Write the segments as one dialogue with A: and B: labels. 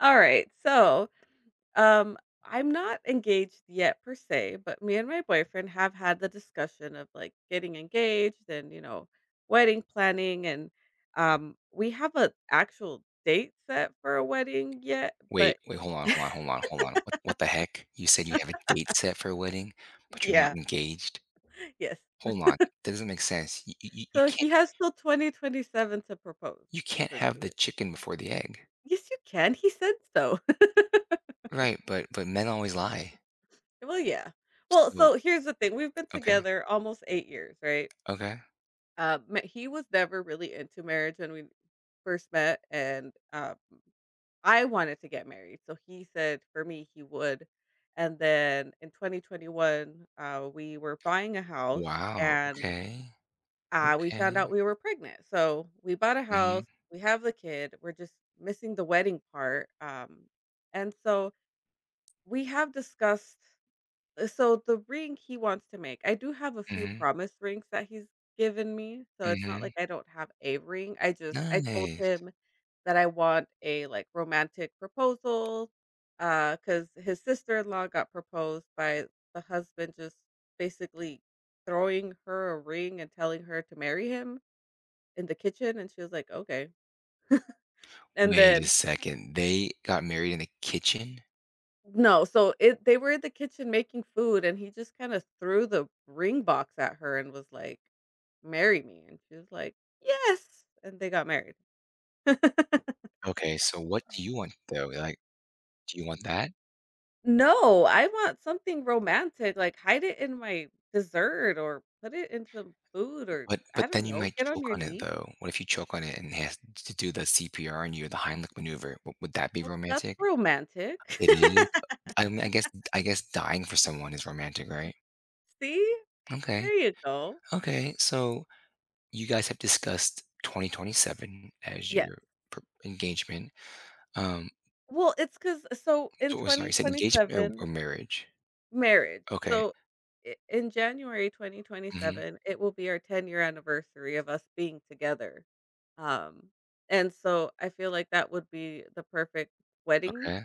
A: All right. So, um, I'm not engaged yet per se, but me and my boyfriend have had the discussion of like getting engaged and, you know, wedding planning and we have a actual date set for a wedding yet, but
B: Hold on, hold on, hold on, hold on. What the heck? You said you have a date set for a wedding, but you're not
A: yeah,
B: engaged?
A: yes.
B: Hold on. That doesn't make sense. You
A: So
B: can't
A: he has till 2027 to propose,
B: you can't have the
A: essentially.
B: chicken before the egg.
A: Yes, you can. He said so.
B: Right, but men always lie.
A: Well, yeah. Well,
B: So,
A: so here's the thing. We've been
B: okay,
A: together almost 8 years, right?
B: okay.
A: Ma He was never really into marriage when we first met, and, I wanted to get married, so he said for me he would, and then in 2021, we were buying a house,
B: Wow,
A: and,
B: okay,
A: we found
B: okay.
A: out we were pregnant, so we bought a
B: Mhm,
A: house, we have the kid, we're just missing the wedding part, and so we have discussed so the ring he wants to make I do have a few
B: mhm,
A: promise rings that he's given me, so it's not
B: mhm.
A: like I don't have a ring. I just I told
B: Nice.
A: him that I want a, like, romantic proposal, because his sister-in-law got proposed by the husband just basically throwing her a ring and telling her to marry him in the kitchen, and she was like, "Okay." And
B: Wait a
A: then
B: second. They got married in the kitchen?
A: no, so it they were in the kitchen making food, and he just kinda threw the ring box at her and was like, "Marry me," and she was like, "Yes," and they got married.
B: Okay, so what do you want though? Like, do you want that?
A: No, I want something romantic, like, hide it in my dessert or put it in some food or
B: But
A: I
B: but
A: don't
B: then you
A: know,
B: might
A: get on
B: choke
A: your
B: on it
A: knees.
B: though. What if you choke on it and has to do the CPR and you, the Heimlich maneuver? Would that be
A: Well, that's
B: romantic?
A: romantic.
B: It is. I mean, I guess dying for someone is romantic, right?
A: See?
B: Okay.
A: There you go.
B: Okay. So you guys have discussed 2027 as
A: Yeah.
B: your pr- engagement. Um,
A: Well, it's because so in
B: or sorry, is it engagement or
A: 2027.
B: marriage?
A: Marriage.
B: Okay.
A: So, I in January
B: Hmm.
A: 2027, it will be our 10-year anniversary of us being together. Um, and so I feel like that would be the perfect wedding
B: Okay.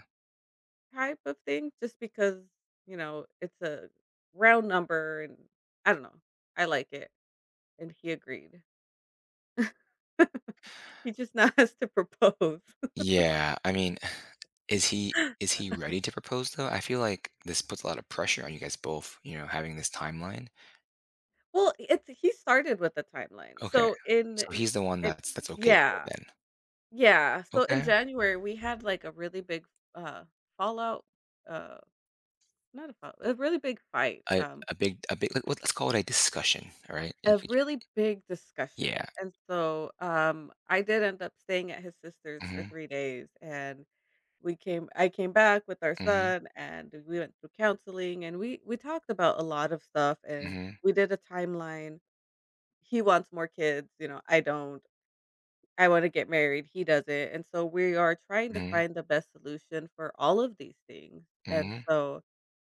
A: type of thing just because, you know, it's a round number and I don't know. I like it, and he agreed. He just now has to propose.
B: Yeah. I mean, is he is he ready to propose though? I feel like this puts a lot of pressure on you guys both, you know, having this timeline.
A: Well, it's he started with the timeline.
B: Okay.
A: So in
B: So
A: it.
B: he's the one that's okay with it
A: Yeah.
B: then.
A: Yeah, so in
B: Okay.
A: January, we had, like, a really big, uh, fallout, uh, not a fallout, a really big fight,
B: A a big let Well, let's call it a discussion, all right?
A: a
B: If we
A: really big discussion,
B: yeah.
A: and so, I did end up staying at his sister's for
B: Mhm.
A: 3 days, and we came I came back with our
B: Mhm.
A: son, and we went through counseling, and we talked about a lot of stuff, and
B: Mhm.
A: we did a timeline. He wants more kids, you know, I don't. I wanna get married, he doesn't, and so we are trying to
B: Mhm.
A: find the best solution for all of these things, and
B: Mhm.
A: so,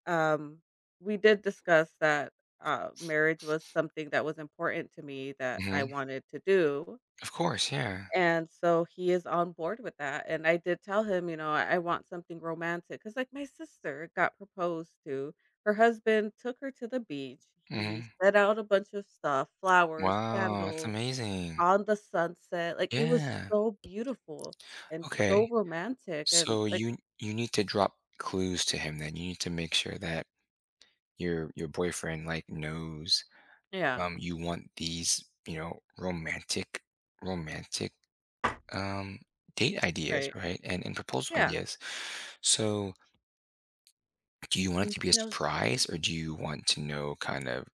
A: um, we did discuss that, marriage was something that was important to me that I
B: Mhm.
A: wanted to do,
B: Of course, yeah.
A: and so he is on board with that, and I did tell him, you know, "I want something romantic because, like, my sister got proposed to, her husband took her to the beach, he
B: Mhm.
A: set out a bunch of stuff, flowers,
B: Wow, that's
A: candles
B: amazing.
A: on the sunset, like, it was
B: Yeah.
A: so beautiful and so
B: Okay.
A: romantic and,
B: So
A: like.
B: you need to drop clues to him then. You need to make sure that your boyfriend like knows,
A: Yeah,
B: um, you want these, you know, romantic Um, date ideas,
A: right.
B: right? And proposal
A: Yeah,
B: ideas. So, do you want it
A: and
B: to be
A: he
B: a
A: knows that.
B: surprise or do you want to know kind of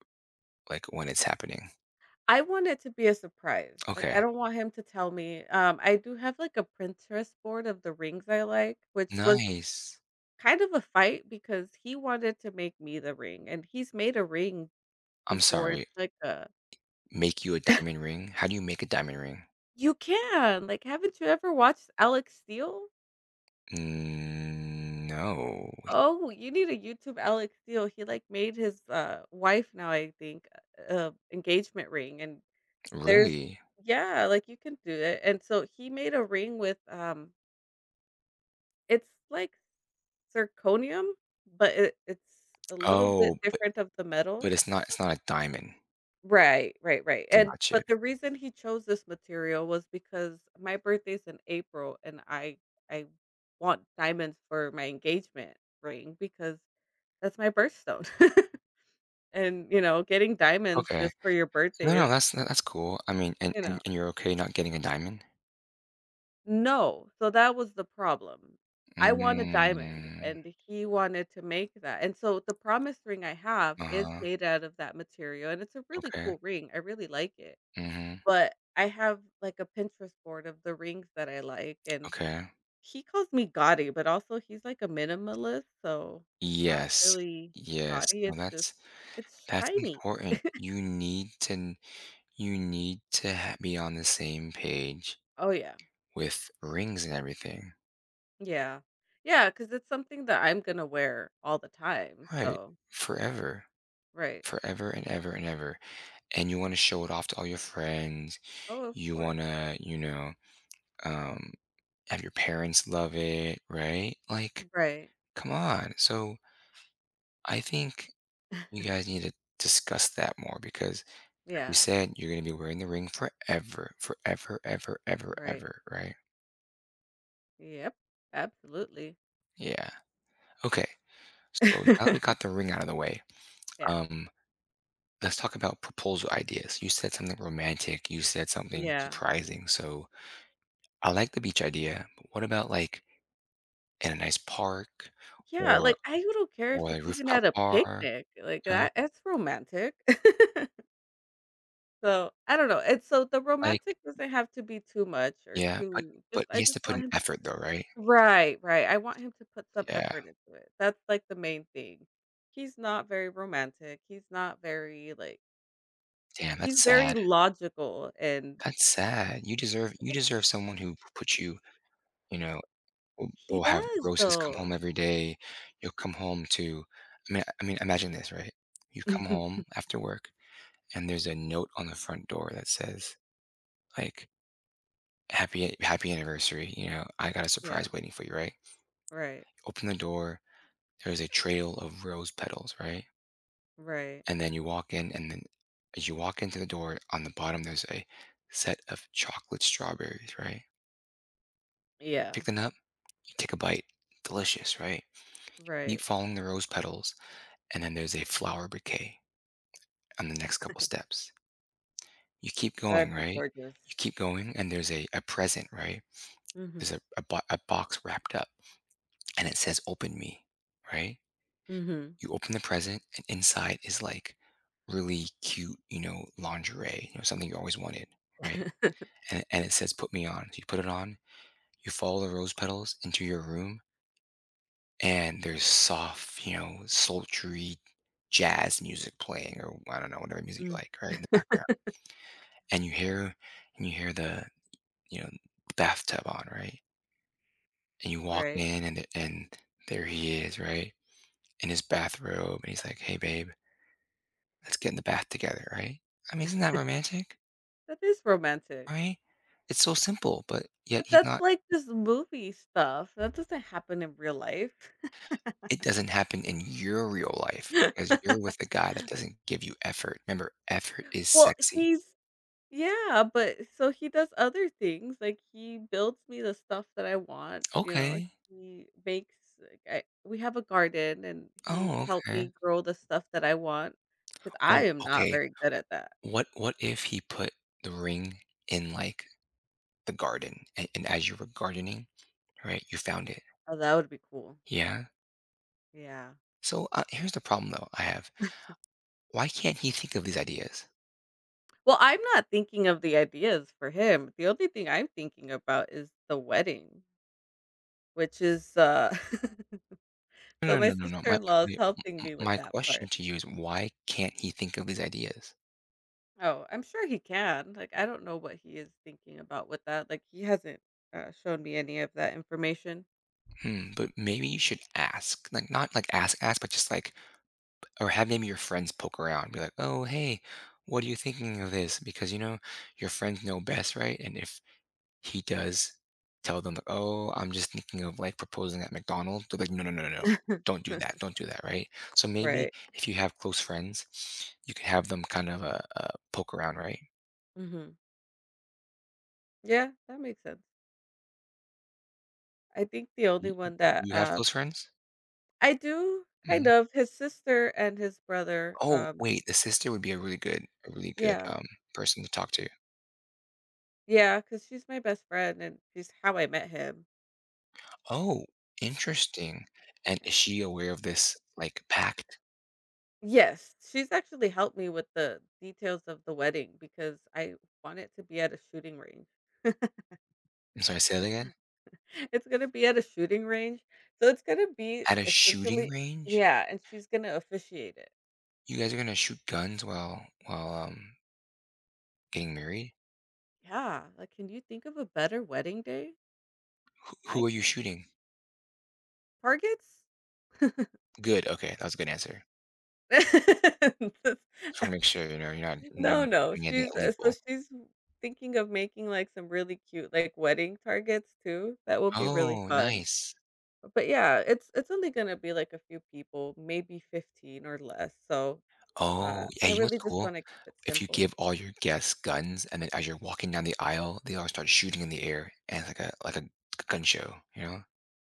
B: like when it's happening?
A: I want it to be a surprise, like, I
B: Okay.
A: don't want him to tell me, I do have, like, a Pinterest board of the rings I like, which was
B: Nice.
A: kind of a fight because he wanted to make me the ring, and he's made a ring
B: I'm
A: before, it's
B: sorry.
A: like a.
B: Make you a diamond ring? How do you make a diamond ring?
A: You can! Like, haven't you ever watched Alex Steel?
B: Mm, no.
A: Oh, you need a YouTube Alex Seal. He, like, made his, wife now, I think, engagement ring, and there's
B: Really?
A: yeah, like, you can do it, and so he made a ring with, it's like zirconium, but it's a little bit
B: Oh,
A: different of the metal.
B: but it's not a diamond.
A: Right, right, right, and
B: Gotcha.
A: but the reason he chose this material was because my birthday's in April, and I want diamonds for my engagement ring because that's my birthstone. And, you know, getting diamonds
B: Okay.
A: just for your
B: No,
A: birthday
B: no,
A: is,
B: that's cool. I mean,
A: you know
B: and you're okay not getting a diamond?
A: no, so that was the problem. I want a diamond,
B: Mm,
A: and he wanted to make that, and so the promise ring I have is
B: uh-huh.
A: made out of that material, and it's a really
B: Okay.
A: cool ring, I really like it,
B: Mm-hmm.
A: but I have, like, a Pinterest board of the rings that I like, and
B: Okay.
A: he calls me gaudy, but also he's like a minimalist, so it's not
B: Yes.
A: really
B: Yes.
A: gaudy,
B: No,
A: it's just it's
B: that's
A: shiny.
B: important. You need to ha be on the same page
A: Oh, yeah.
B: with rings and everything.
A: Yeah. Yeah, because it's something that I'm gonna wear all the time,
B: Right.
A: so
B: Forever.
A: right.
B: Forever and ever and ever. And you wanna show it off to all your friends.
A: Oh, of
B: You
A: course.
B: wanna, you know, um, have your parents love it, right? Like,
A: Right.
B: come on. So, I think you guys need to discuss that more because you
A: Yeah.
B: said you're gonna be wearing the ring forever, forever, ever, ever,
A: Right.
B: ever, right?
A: Yep. Absolutely.
B: Yeah. Okay. So now that we got the ring out of the way,
A: Yeah.
B: um, let's talk about proposal ideas. You said something romantic. You said something
A: Yeah.
B: surprising. So I like the beach idea, but what about like in a nice park
A: Yeah,
B: or
A: like, I don't care if
B: or a
A: it's even
B: rooftop
A: at a
B: bar?
A: picnic, like,
B: Or
A: that it's romantic. So, I don't know, it's so the
B: like,
A: romantic doesn't have to be too much or
B: yeah,
A: too just
B: but he
A: I
B: has
A: just
B: to put
A: want
B: an
A: him.
B: effort though, right?
A: Right, right. I want him to put some
B: Yeah.
A: effort into it. That's like the main thing. He's not very romantic. He's not very like
B: Damn, that's
A: he's very
B: sad.
A: logical and
B: That's sad. You deserve you
A: it's
B: deserve someone who puts you, you know, We'll
A: he
B: we'll have
A: does
B: roses come home
A: though.
B: every day. You'll come home to I mean, imagine this, right? You come home after work, and there's a note on the front door that says, like, "Happy happy anniversary, you know, I got a
A: Yeah,
B: surprise waiting for you," right?
A: right.
B: Open the door, there's a trail of rose petals, right?
A: Right.
B: And then you walk in, and then as you walk into the door, on the bottom, there's a set of chocolate strawberries, right?
A: Yeah,
B: Pick them up, you take a bite, delicious, right? Keep
A: right.
B: following the rose petals, and then there's a flower bouquet on the next couple steps. You keep going,
A: That'd be
B: right?
A: gorgeous.
B: You keep going, and there's a present, right? There's
A: Mhm.
B: a box wrapped up and it says, open me, right?
A: Mhm.
B: You open the present, and inside is like really cute, you know, lingerie, you know, something you always wanted, right? And it says, put me on. So you put it on, you follow the rose petals into your room, and there's soft, you know, sultry jazz music playing, or I don't know, whatever music you
A: Mm,
B: like, right? In the background. And you hear, and you hear the, you know, bathtub on, right? And you walk
A: right.
B: in and there he is, right? In his bathrobe and he's like, "Hey babe, let's get in the bath together," right? I mean, isn't that romantic?
A: That is romantic.
B: Right? It's so simple, but
A: But
B: yet he's
A: that's
B: not,
A: like this movie stuff. That doesn't happen in real life.
B: it doesn't happen in your real life because you're with a guy that doesn't give you effort. Remember, effort is
A: Well,
B: sexy.
A: he's yeah, but so he does other things, like, he builds me the stuff that I want, you know,
B: Okay.
A: he makes like, I we have a garden, and he's
B: Oh,
A: helped
B: okay.
A: me grow the stuff that I want because I
B: Oh,
A: am not
B: okay.
A: very good at that.
B: What if he put the ring in like the garden and as you were gardening, right, you found it.
A: Oh, that would be cool.
B: Yeah.
A: Yeah.
B: So, here's the problem though I have. Why can't he think of these ideas?
A: Well, I'm not thinking of the ideas for him. The only thing I'm thinking about is the wedding, which is, so
B: No, no,
A: my
B: no, no, no. My
A: sister-in-law is
B: my
A: helping me with
B: my
A: that
B: question
A: part.
B: to you is why can't he think of these ideas?
A: Oh, I'm sure he can. Like, I don't know what he is thinking about with that. Like, he hasn't shown me any of that information.
B: Hmm, but maybe you should ask. Like, not like ask, ask, but just like or have maybe your friends poke around, be like, "Oh, hey, what are you thinking of this?" Because, you know, your friends know best, right? And if he does tell them like, "Oh, I'm just thinking of like proposing at McDonald's." They're like, "No, no, no, no, no. Don't do that. Don't do that." Right. So maybe
A: Right.
B: if you have close friends, you can have them kind of, poke around, right?
A: Hmm. Yeah, that makes sense. I think the only
B: You,
A: one that
B: you have close friends.
A: I do kind
B: Hmm.
A: of his sister and his brother.
B: Oh, wait, the sister would be a really good, a really good,
A: Yeah,
B: um, person to talk to.
A: yeah, because she's my best friend and she's how I met him.
B: Oh, interesting. And
A: Yeah.
B: is she aware of this like pact?
A: Yes, she's actually helped me with the details of the wedding because I want it to be at a shooting range.
B: I'm sorry, say that again.
A: It's gonna be at a shooting range, so it's gonna be
B: At a shooting
A: essentially
B: range,
A: yeah, and she's gonna officiate it.
B: you guys are gonna shoot guns while while getting married.
A: Yeah, like, can you think of a better wedding day? I
B: Who are you
A: can't.
B: shooting?
A: Target's?
B: Good, okay, that was a good answer. Just wanna make sure, you know, you're not doing
A: No, no,
B: doing anything
A: she's so
B: illegal.
A: she's thinking of making, like, some really cute, like, wedding targets too, that will be really
B: Oh,
A: fun.
B: nice.
A: But, yeah, it's only gonna be, like, a few people, maybe 15 or less, so,
B: Oh, yeah,
A: I
B: you know what's
A: really just
B: cool?
A: wanna keep it
B: If you
A: simple.
B: give all your guests guns and then as you're walking down the aisle, they all start shooting in the air and it's like a gun show, you know?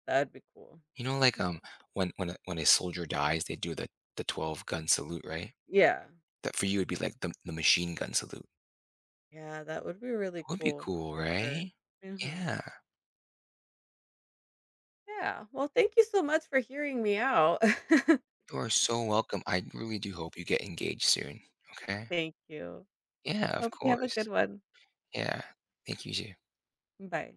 A: That'd be cool.
B: You know, like, when a soldier dies, they do the 12 gun salute, right?
A: Yeah.
B: That for you would be like the machine gun salute.
A: Yeah, that would be really
B: Would be
A: cool
B: cool,
A: for sure.
B: right?
A: Mhm.
B: Yeah.
A: Yeah. Well, thank you so much for hearing me out.
B: You are so welcome. I really do hope you get engaged soon, okay?
A: Thank you.
B: Yeah, of
A: Hope you have a good
B: course.
A: one.
B: Yeah. Thank you too.
A: Bye.